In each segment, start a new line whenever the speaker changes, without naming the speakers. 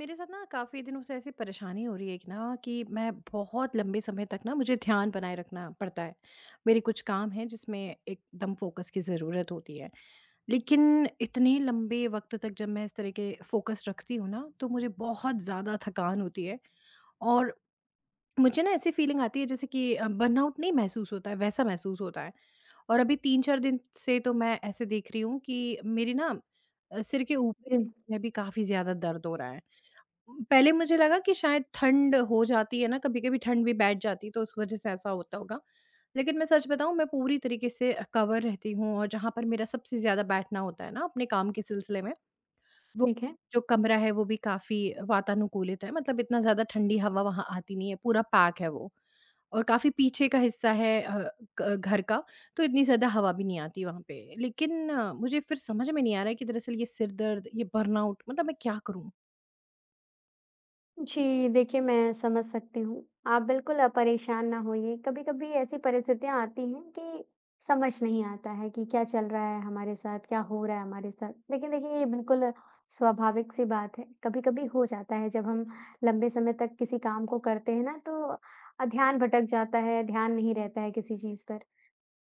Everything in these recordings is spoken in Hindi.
मेरे साथ ना काफ़ी दिनों से ऐसी परेशानी हो रही है कि ना, कि मैं बहुत लंबे समय तक ना मुझे ध्यान बनाए रखना पड़ता है। मेरे कुछ काम हैं जिसमें एकदम फ़ोकस की ज़रूरत होती है। लेकिन इतने लंबे वक़्त तक जब मैं इस तरह के फ़ोकस रखती हूँ ना, तो मुझे बहुत ज़्यादा थकान होती है। और मुझे ना ऐसी फ़ीलिंग आती है जैसे कि बर्नआउट नहीं महसूस होता है, वैसा महसूस होता है। और अभी 3-4 दिन से तो मैं ऐसे देख रही हूँ कि मेरी ना सिर के ऊपर
जीन्स,
में भी काफ़ी ज़्यादा दर्द हो रहा है। पहले मुझे लगा कि शायद ठंड हो जाती है ना, कभी-कभी ठंड भी बैठ जाती है, तो उस वज़ह से ऐसा होता होगा। लेकिन मैं सच बताऊँ, मैं पूरी तरीके से कवर रहती हूँ और जहाँ पर मेरा सबसे ज़्यादा बैठना होता है ना अपने काम के सिलसिले में, वो
ठीक है।
जो कमरा है, वो भी काफ़ी वातानुकूलित है, मतलब इतना ज़्यादा ठंडी हवा वहाँ आती नहीं है, पूरा पैक है वो। और काफ़ी पीछे का हिस्सा है अ, क घर का, तो इतनी ज़्यादा हवा भी नहीं आती वहाँ पे। लेकिन मुझे फिर समझ में नहीं आ रहा है कि दरअसल ये सिर दर्द, ये बर्नआउट मतलब मैं क्या करूँ?
जी, देखिए मैं समझ सकती हूँ। आप बिल्कुल परेशान ना होइए। कभी-कभी ऐसी परिस्थितियाँ आती हैं कि समझ नहीं आता है कि क्या चल रहा है हमारे साथ, क्या हो रहा है हमारे साथ। लेकिन देखिए ये बिल्कुल स्वाभाविक सी बात है। कभी-कभी हो जाता है जब हम लंबे समय तक किसी काम को करते हैं ना तो ध्यान भटक जाता है, ध्यान नहीं रहता है किसी चीज़ पर।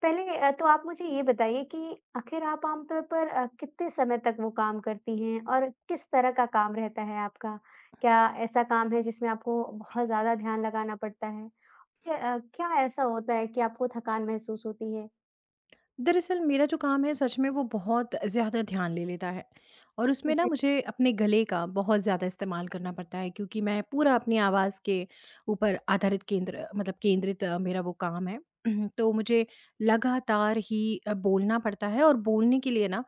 पहले तो आप मुझे ये बताइए कि आखिर आप आमतौर पर कितने समय तक वो काम करती हैं और किस तरह का काम रहता है आपका? क्या ऐसा काम है जिसमें आपको बहुत ज़्यादा ध्यान लगाना पड़ता है? या क्या ऐसा होता है कि आपको थकान महसूस होती है?
दरअसल मेरा जो काम है सच में वो बहुत ज़्यादा ध्यान ले लेता है और उसमें ना
जी,
मुझे अपने गले का बहुत ज़्यादा इस्तेमाल करना पड़ता है, क्योंकि मैं पूरा अपनी आवाज़ के ऊपर आधारित केंद्र मतलब केंद्रित मेरा वो काम है। तो मुझे लगातार ही बोलना पड़ता है, और बोलने के लिए ना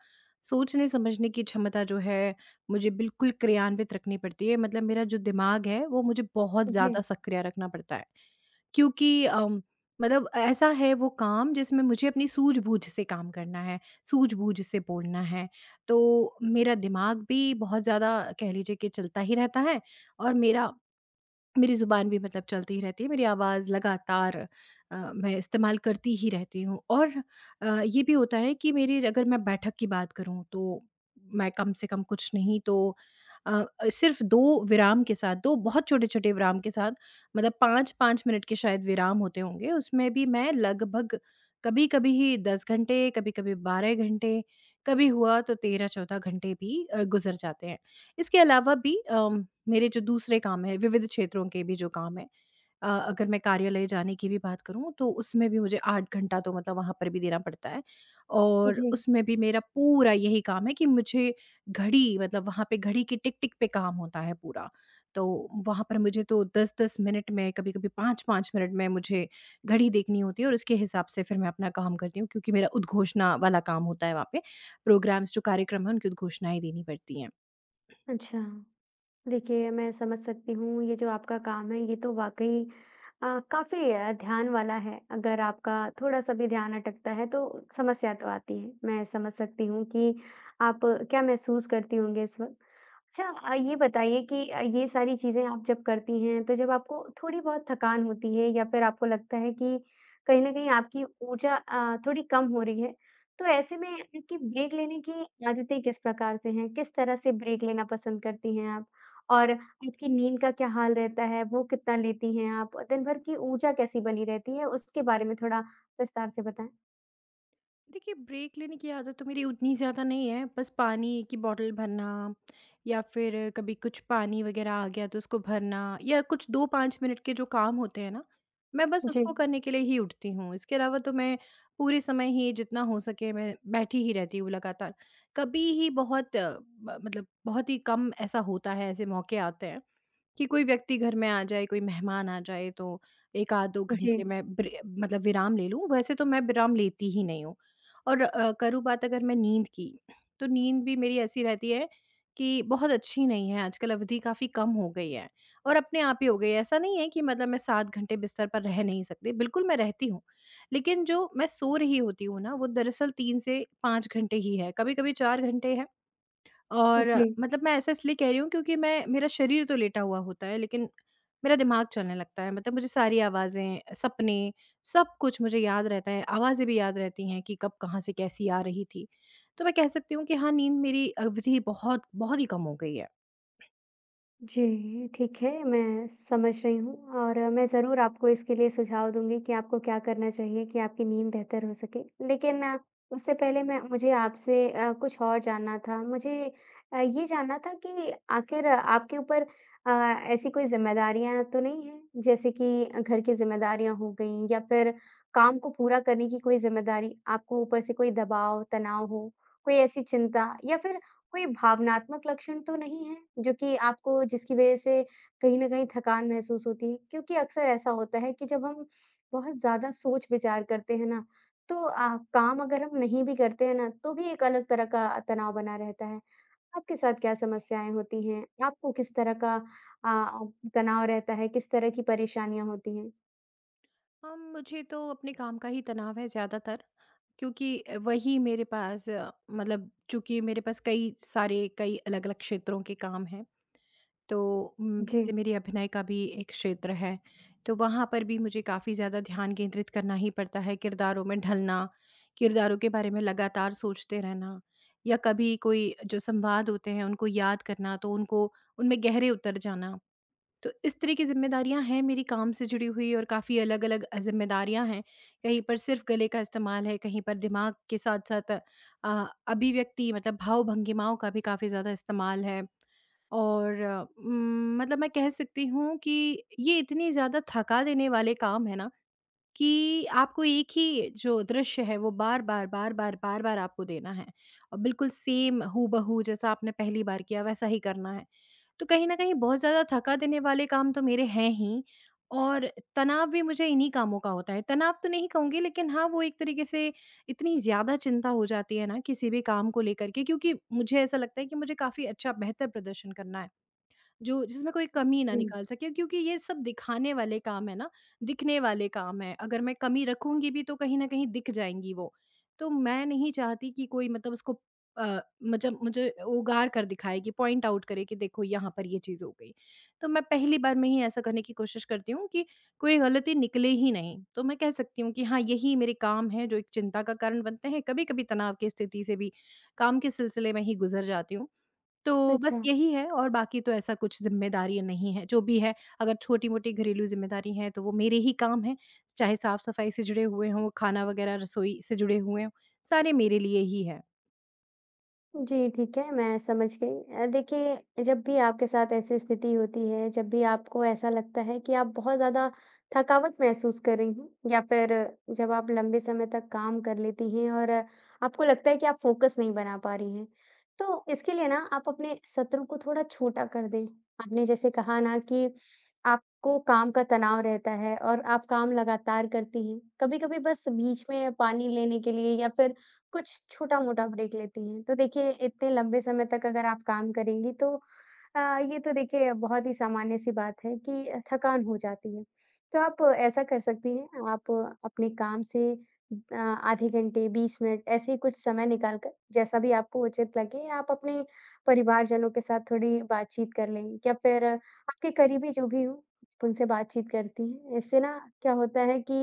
सोचने समझने की क्षमता जो है मुझे बिल्कुल क्रियान्वित रखनी पड़ती है, मतलब मेरा जो दिमाग है वो मुझे बहुत ज़्यादा
जी,
सक्रिय रखना पड़ता है, क्योंकि मतलब ऐसा है वो काम, जिसमें मुझे अपनी सूझबूझ से काम करना है, सूझबूझ से बोलना है। तो मेरा दिमाग भी बहुत ज़्यादा, कह लीजिए कि चलता ही रहता है, और मेरा मेरी ज़ुबान भी मतलब चलती ही रहती है, मेरी आवाज़ लगातार मैं इस्तेमाल करती ही रहती हूँ। और ये भी होता है कि मेरी, अगर मैं बैठक की बात करूँ, तो मैं कम से कम, कुछ नहीं तो अ, सिर्फ़ 2 विराम के साथ, 2 बहुत छोटे-छोटे विराम के साथ, मतलब 5-5 मिनट के शायद विराम होते होंगे, उसमें भी मैं लगभग कभी-कभी ही 10 घंटे, कभी-कभी 12 घंटे, कभी हुआ तो 13-14 घंटे भी गुज़र जाते हैं। इसके अलावा भी मेरे जो दूसरे काम हैं, विविध क्षेत्रों के भी जो काम हैं, अगर मैं कार्यालय जाने की भी बात करूँ तो उसमें भी मुझे 8 घंटा तो मतलब वहाँ पर भी देना पड़ता है, और
जी।
उसमें भी मेरा पूरा यही काम है कि मुझे घड़ी, मतलब वहाँ पे घड़ी की टिक-टिक पे काम होता है पूरा। तो वहाँ पर मुझे तो 10-10 मिनट में, कभी-कभी 5-5 मिनट में मुझे घड़ी देखनी होती है, और उसके हिसाब से फिर मैं अपना काम करती हूँ, क्योंकि मेरा उद्घोषणा वाला काम होता है वहाँ पे। प्रोग्राम्स, जो कार्यक्रम हैं, उनकी उद्घोषणाएँ देनी पड़ती हैं।
अच्छा। देखिए, मैं समझ सकती हूँ ये जो आपका काम है ये तो वाक़ई काफ़ी ध्यान वाला है। अगर आपका थोड़ा-सा भी ध्यान अटकता है तो समस्या तो आती है। मैं समझ सकती हूँ कि आप क्या महसूस करती होंगी इस वक़्त। अच्छा ये बताइए कि ये सारी चीज़ें आप जब करती हैं, तो जब आपको थोड़ी बहुत थकान होती है या फिर आपको लगता है कि कहीं न कहीं आपकी ऊर्जा थोड़ी कम हो रही है, तो ऐसे में आपकी ब्रेक लेने की आदतें किस प्रकार से हैं? किस तरह से ब्रेक लेना पसंद करती हैं आप? और आपकी नींद का क्या हाल रहता है, वो कितना लेती हैं आप? और दिन भर की ऊर्जा कैसी बनी रहती है, उसके बारे में थोड़ा विस्तार से बताएँ?
देखिए, ब्रेक लेने की आदत तो मेरी उतनी ज़्यादा नहीं है, बस पानी की बॉटल भरना, या फिर कभी कुछ पानी वग़ैरह आ गया तो उसको भरना, या कुछ 2-5 मिनट के जो काम होते हैं ना, मैं बस
जी।
उसको करने के लिए ही उठती हूँ। इसके अलावा तो मैं पूरे समय ही जितना हो सके मैं बैठी ही रहती हूँ लगातार। कभी ही बहुत अ, ब मतलब बहुत ही कम ऐसा होता है, ऐसे मौके आते हैं कि कोई व्यक्ति घर में आ जाए, कोई मेहमान आ जाए, तो 1 आध 2
जी।
घंटे मैं ब्रे मतलब विराम ले लूँ, वैसे तो मैं विराम लेती ही नहीं हूँ। और करूँ बात अगर मैं नींद की, तो नींद भी मेरी ऐसी रहती है कि बहुत अच्छी नहीं है, आजकल अवधि काफ़ी कम हो गई है, और अपने आप ही हो गई है। ऐसा नहीं है कि, मतलब मैं 7 घंटे बिस्तर पर रह नहीं सकती, बिल्कुल मैं रहती हूँ, लेकिन जो मैं सो रही होती हूँ ना, वो दरअसल 3 से 5 घंटे ही है, कभी-कभी 4 घंटे है। और
जी।
मतलब मैं ऐसा इसलिए कह रही हूँ क्योंकि मैं मेरा शरीर तो लेटा हुआ होता है, लेकिन मेरा दिमाग चलने लगता है, मतलब मुझे सारी आवाज़ें, सपने, सब कुछ मुझे याद रहता है, आवाज़ें भी याद रहती हैं कि कब कहाँ से कैसी आ रही थी। तो मैं कह सकती हूँ कि हाँ, नींद मेरी अवधि बहुत बहुत ही कम हो गई है।
जी, ठीक है, मैं समझ रही हूँ और मैं ज़रूर आपको इसके लिए सुझाव दूँगी कि आपको क्या करना चाहिए कि आपकी नींद बेहतर हो सके। लेकिन उससे पहले मैं मुझे आपसे कुछ और जानना था। मुझे ये जानना था कि आखिर आपके ऊपर अ, ऐसी कोई ज़िम्मेदारियाँ तो नहीं हैं? जैसे कि घर की ज़िम्मेदारियाँ हो गईं या फिर काम को पूरा करने की कोई ज़िम्मेदारी, आपको ऊपर से कोई दबाव, तनाव हो, कोई ऐसी चिंता या फिर कोई भावनात्मक लक्षण तो नहीं है, जो कि आपको जिसकी वज़ह से कहीं न कहीं थकान महसूस होती है? क्योंकि अक्सर ऐसा होता है कि जब हम बहुत ज़्यादा सोच-विचार करते हैं ना, तो काम अगर हम नहीं भी करते हैं ना, तो भी एक अलग तरह का तनाव बना रहता है। आपके साथ क्या समस्याएँ होती हैं? आपको किस तरह का तनाव रहता है? किस तरह की परेशानियाँ होती हैं?
मुझे तो अपने काम का ही तनाव है ज़्यादातर, क्योंकि वही मेरे पास मतलब चूँकि मेरे पास कई अलग-अलग क्षेत्रों के काम हैं। तो
जी।
जैसे मेरी अभिनय का भी एक क्षेत्र है, तो वहाँ पर भी मुझे काफ़ी ज़्यादा ध्यान केंद्रित करना ही पड़ता है, किरदारों में ढलना, किरदारों के बारे में लगातार सोचते रहना, या कभी कोई जो संवाद होते हैं उनको याद करना, तो उनको उनमें गहरे उतर जाना। तो इस तरह की ज़िम्मेदारियाँ हैं मेरी काम से जुड़ी हुई, और काफ़ी अलग-अलग ज़िम्मेदारियाँ हैं। कहीं पर सिर्फ़ गले का इस्तेमाल है, कहीं पर दिमाग के साथ-साथ अ, अभिव्यक्ति, मतलब भाव-भंगिमाओं का भी काफ़ी ज़्यादा इस्तेमाल है। और मतलब मैं कह सकती हूँ कि ये इतने ज़्यादा थका देने वाले काम है ना, कि आपको एक ही जो दृश्य है वो बार-बार, बार-बार, बार-बार आपको देना है, और बिल्कुल सेम हूबहू जैसा आपने पहली बार किया वैसा ही करना है। तो कहीं न कहीं बहुत ज़्यादा थका देने वाले काम तो मेरे हैं ही, और तनाव भी मुझे इन्हीं कामों का होता है। तनाव तो नहीं कहूँगी, लेकिन हाँ, वो एक तरीके से इतनी ज़्यादा चिंता हो जाती है ना किसी भी काम को लेकर के, क्योंकि मुझे ऐसा लगता है कि मुझे काफ़ी अच्छा बेहतर प्रदर्शन करना है। जो जिसमें कोई कमी ना
हुँ।
निकाल सके, क्योंकि ये सब दिखाने वाले काम है ना, दिखने वाले काम हैं। अगर मैं कमी रखूँगी भी तो कहीं न कहीं दिख जाएँगी वो। तो मैं नहीं चाहती कि कोई मतलब उसको मतलब मुझे उगार कर दिखाए, कि पॉइंट आउट करे कि देखो यहाँ पर ये चीज़ हो गई। तो मैं पहली बार में ही ऐसा करने की कोशिश करती हूँ कि कोई गलती निकले ही नहीं। तो मैं कह सकती हूँ कि हाँ, यही मेरे काम हैं जो एक चिंता का कारण बनते हैं। कभी-कभी तनाव की स्थिति से भी काम के सिलसिले में ही गुज़र जाती हूँ। तो बस
अच्छा।
यही है, और बाकी तो ऐसा कुछ ज़िम्मेदारियाँ नहीं है, जो भी है, अगर छोटी-मोटी घरेलू ज़िम्मेदारी हैं, तो वो मेरे ही काम हैं, चाहे साफ-सफाई से जुड़े हुए हों, खाना वगैरह रसोई से जुड़े हुए हों, सारे मेरे लिए ही है।
जी, ठीक है, मैं समझ गई। देखिए, जब भी आपके साथ ऐसी स्थिति होती है, जब भी आपको ऐसा लगता है कि आप बहुत ज़्यादा थकावट महसूस कर रही हैं या फिर जब आप लंबे समय तक काम कर लेती हैं और आपको लगता है कि आप फ़ोकस नहीं बना पा रही हैं, तो इसके लिए ना आप अपने सत्रों को थोड़ा छोटा कर दें। आपने जैसे कहा ना कि आपको काम का तनाव रहता है और आप काम लगातार करती हैं। कभी-कभी बस बीच में पानी लेने के लिए या फिर कुछ छोटा-मोटा ब्रेक लेती हैं। तो देखिए इतने लंबे समय तक अगर आप काम करेंगी तो अ, ये तो देखिए बहुत ही सामान्य-सी बात है कि थकान हो जाती है। तो आप ऐसा कर सकती हैं आप अपने काम से आधे घंटे, 20 मिनट ऐसे ही कुछ समय निकाल कर जैसा भी आपको उचित लगे आप अपने परिवारजनों के साथ थोड़ी बातचीत कर लें या फिर आपके करीबी जो भी हों उनसे बातचीत करती हैं। इससे ना क्या होता है कि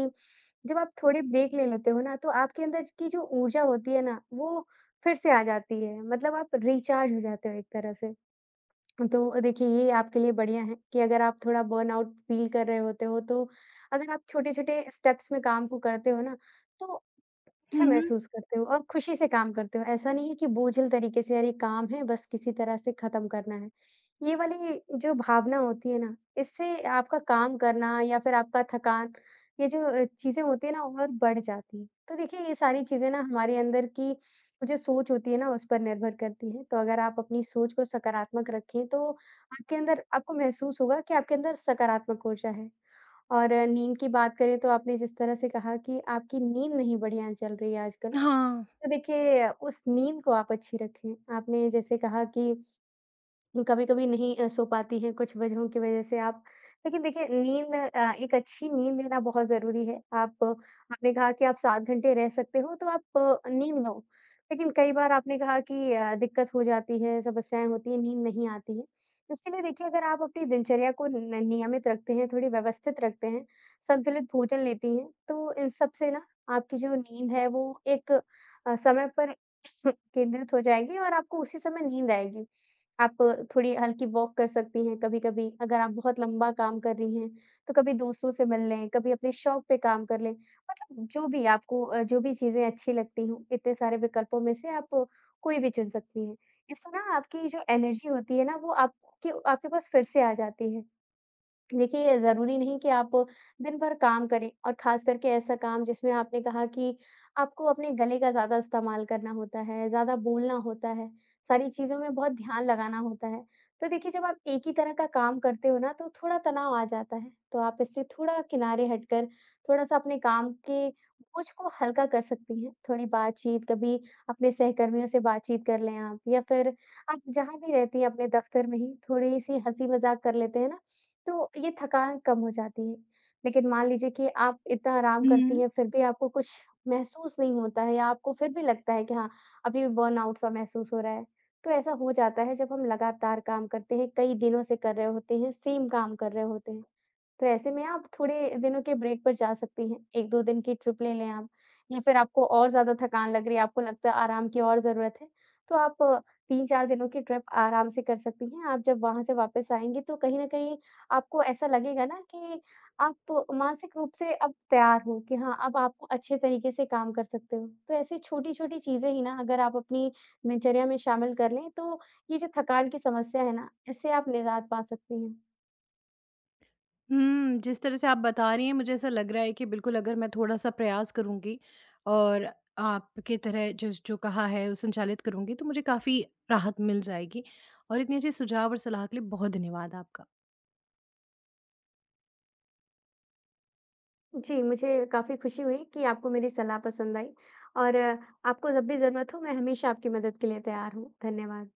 जब आप थोड़ी ब्रेक ले लेते हो ना, तो आपके अंदर की जो ऊर्जा होती है ना, वो फिर से आ जाती है। मतलब आप रिचार्ज हो जाते हो एक तरह से। तो देखिए ये आपके लिए बढ़िया है कि अगर आप थोड़ा बर्नआउट फ़ील कर रहे होते हो, तो अगर आप छोटे-छोटे स्टेप्स में काम को करते हो ना, तो
हुँ,
अच्छा
हुँ।
महसूस करते हो और खुशी से काम करते हो। ऐसा नहीं है कि बोझिल तरीके से अरे काम है बस किसी तरह से खत्म करना है। ये वाली जो भावना होती है ना, इससे आपका काम करना या फिर आपका थकान ये जो चीज़ें होती है ना और बढ़ जाती है। तो देखिए ये सारी चीज़ें ना हमारे अंदर की जो सोच होती है ना उस पर निर्भर करती है। तो अगर आप अपनी सोच को सकारात्मक रखें तो आपके अंदर आपको महसूस होगा कि आपके अंदर सकारात्मक ऊर्जा है। और नींद की बात करें तो आपने जिस तरह से कहा कि आपकी नींद नहीं बढ़िया चल रही है आजकल,
हाँ।
तो देखिए उस नींद को आप अच्छी रखें। आपने जैसे कहा कि कभी-कभी नहीं सो पाती हैं कुछ वजहों की वजह से आप। लेकिन देखिए नींद एक अच्छी नींद लेना बहुत ज़रूरी है। आप आपने कहा कि आप 7 घंटे रह सकते हो तो आप नींद लो। लेकिन कई बार आपने कहा कि दिक्कत हो जाती है, समस्याएँ होती हैं, नींद नहीं आती है। इसके लिए देखिए अगर आप अपनी दिनचर्या को न नियमित रखते हैं, थोड़ी व्यवस्थित रखते हैं, संतुलित भोजन लेती हैं, तो इन सब से ना आपकी जो नींद है वो एक समय पर केंद्रित हो जाएगी और आपको उसी समय नींद आएगी। आप थोड़ी हल्की वॉक कर सकती हैं कभी-कभी, अगर आप बहुत लंबा काम कर रही हैं, तो कभी दोस्तों से मिल लें, कभी अपने शौक पे काम कर लें। मतलब जो भी आपको जो भी चीज़ें अच्छी लगती हों, इतने सारे विकल्पों में से आप कोई भी चुन सकती हैं। इससे ना आपकी जो एनर्जी होती है ना, वो आपके आपके पास फिर से आ जाती है। देखिए, ज़रूरी नहीं कि आप दिन भर काम करें और ख़ास करके ऐसा काम जिसमें आपने कहा कि आपको अपने गले का ज़्यादा इस्तेमाल करना होता है, ज़्यादा बोलना होता है, सारी चीज़ों में बहुत ध्यान लगाना होता है। तो देखिए, जब आप एक ही तरह का काम करते हो ना, तो थोड़ा तनाव आ जाता है। तो आप इससे थोड़ा किनारे हटकर थोड़ा-सा अपने काम के बोझ को हल्का कर सकती हैं। थोड़ी बातचीत, कभी अपने सहकर्मियों से बातचीत कर लें आप या फिर आप जहाँ भी रहती हैं अपने दफ़्तर में ही थोड़ी-सी हँसी-मज़ाक कर लेते हैं ना तो ये थकान कम हो जाती है। लेकिन मान लीजिए कि आप इतना आराम
हुँ।
करती हैं, फिर भी आपको कुछ महसूस नहीं होता है या आपको फिर भी लगता है कि हाँ, अभी भी बर्नआउट सा महसूस हो रहा है। तो ऐसा हो जाता है जब हम लगातार काम करते हैं, कई दिनों से कर रहे होते हैं, सेम काम कर रहे होते हैं। तो ऐसे में आप थोड़े दिनों के ब्रेक पर जा सकती हैं, 1-2 दिन की ट्रिप ले लें आप या फिर आपको और ज़्यादा थकान लग रही है, आपको लगता है आराम की और ज़रूरत है, तो आप 3-4 दिनों की ट्रिप आराम से कर सकती हैं। आप जब वहाँ से वापस आएँगी तो कहीं न कहीं आपको ऐसा लगेगा ना कि आप मानसिक रूप से अब तैयार हो कि हाँ, अब आप अच्छे तरीके से काम कर सकते हो। तो ऐसी छोटी-छोटी चीज़ें ही ना अगर आप अपनी दिनचर्या में शामिल कर लें, तो ये जो थकान की समस्या है ना, इससे आप निजात पा सकती हैं।
हुँ, जिस तरह से आप बता रही हैं मुझे ऐसा लग रहा है कि बिल्कुल अगर मैं थोड़ा-सा प्रयास करूँगी, और आपकी तरह जिस जो कहा है वो संचालित करूँगी, तो मुझे काफ़ी राहत मिल जाएगी, और इतनी अच्छी सुझाव और सलाह के लिए बहुत धन्यवाद आपका।
जी, मुझे काफ़ी खुशी हुई कि आपको मेरी सलाह पसंद आई और आपको जब भी ज़रूरत हो, मैं हमेशा आपकी मदद के लिए तैयार हूँ। धन्यवाद।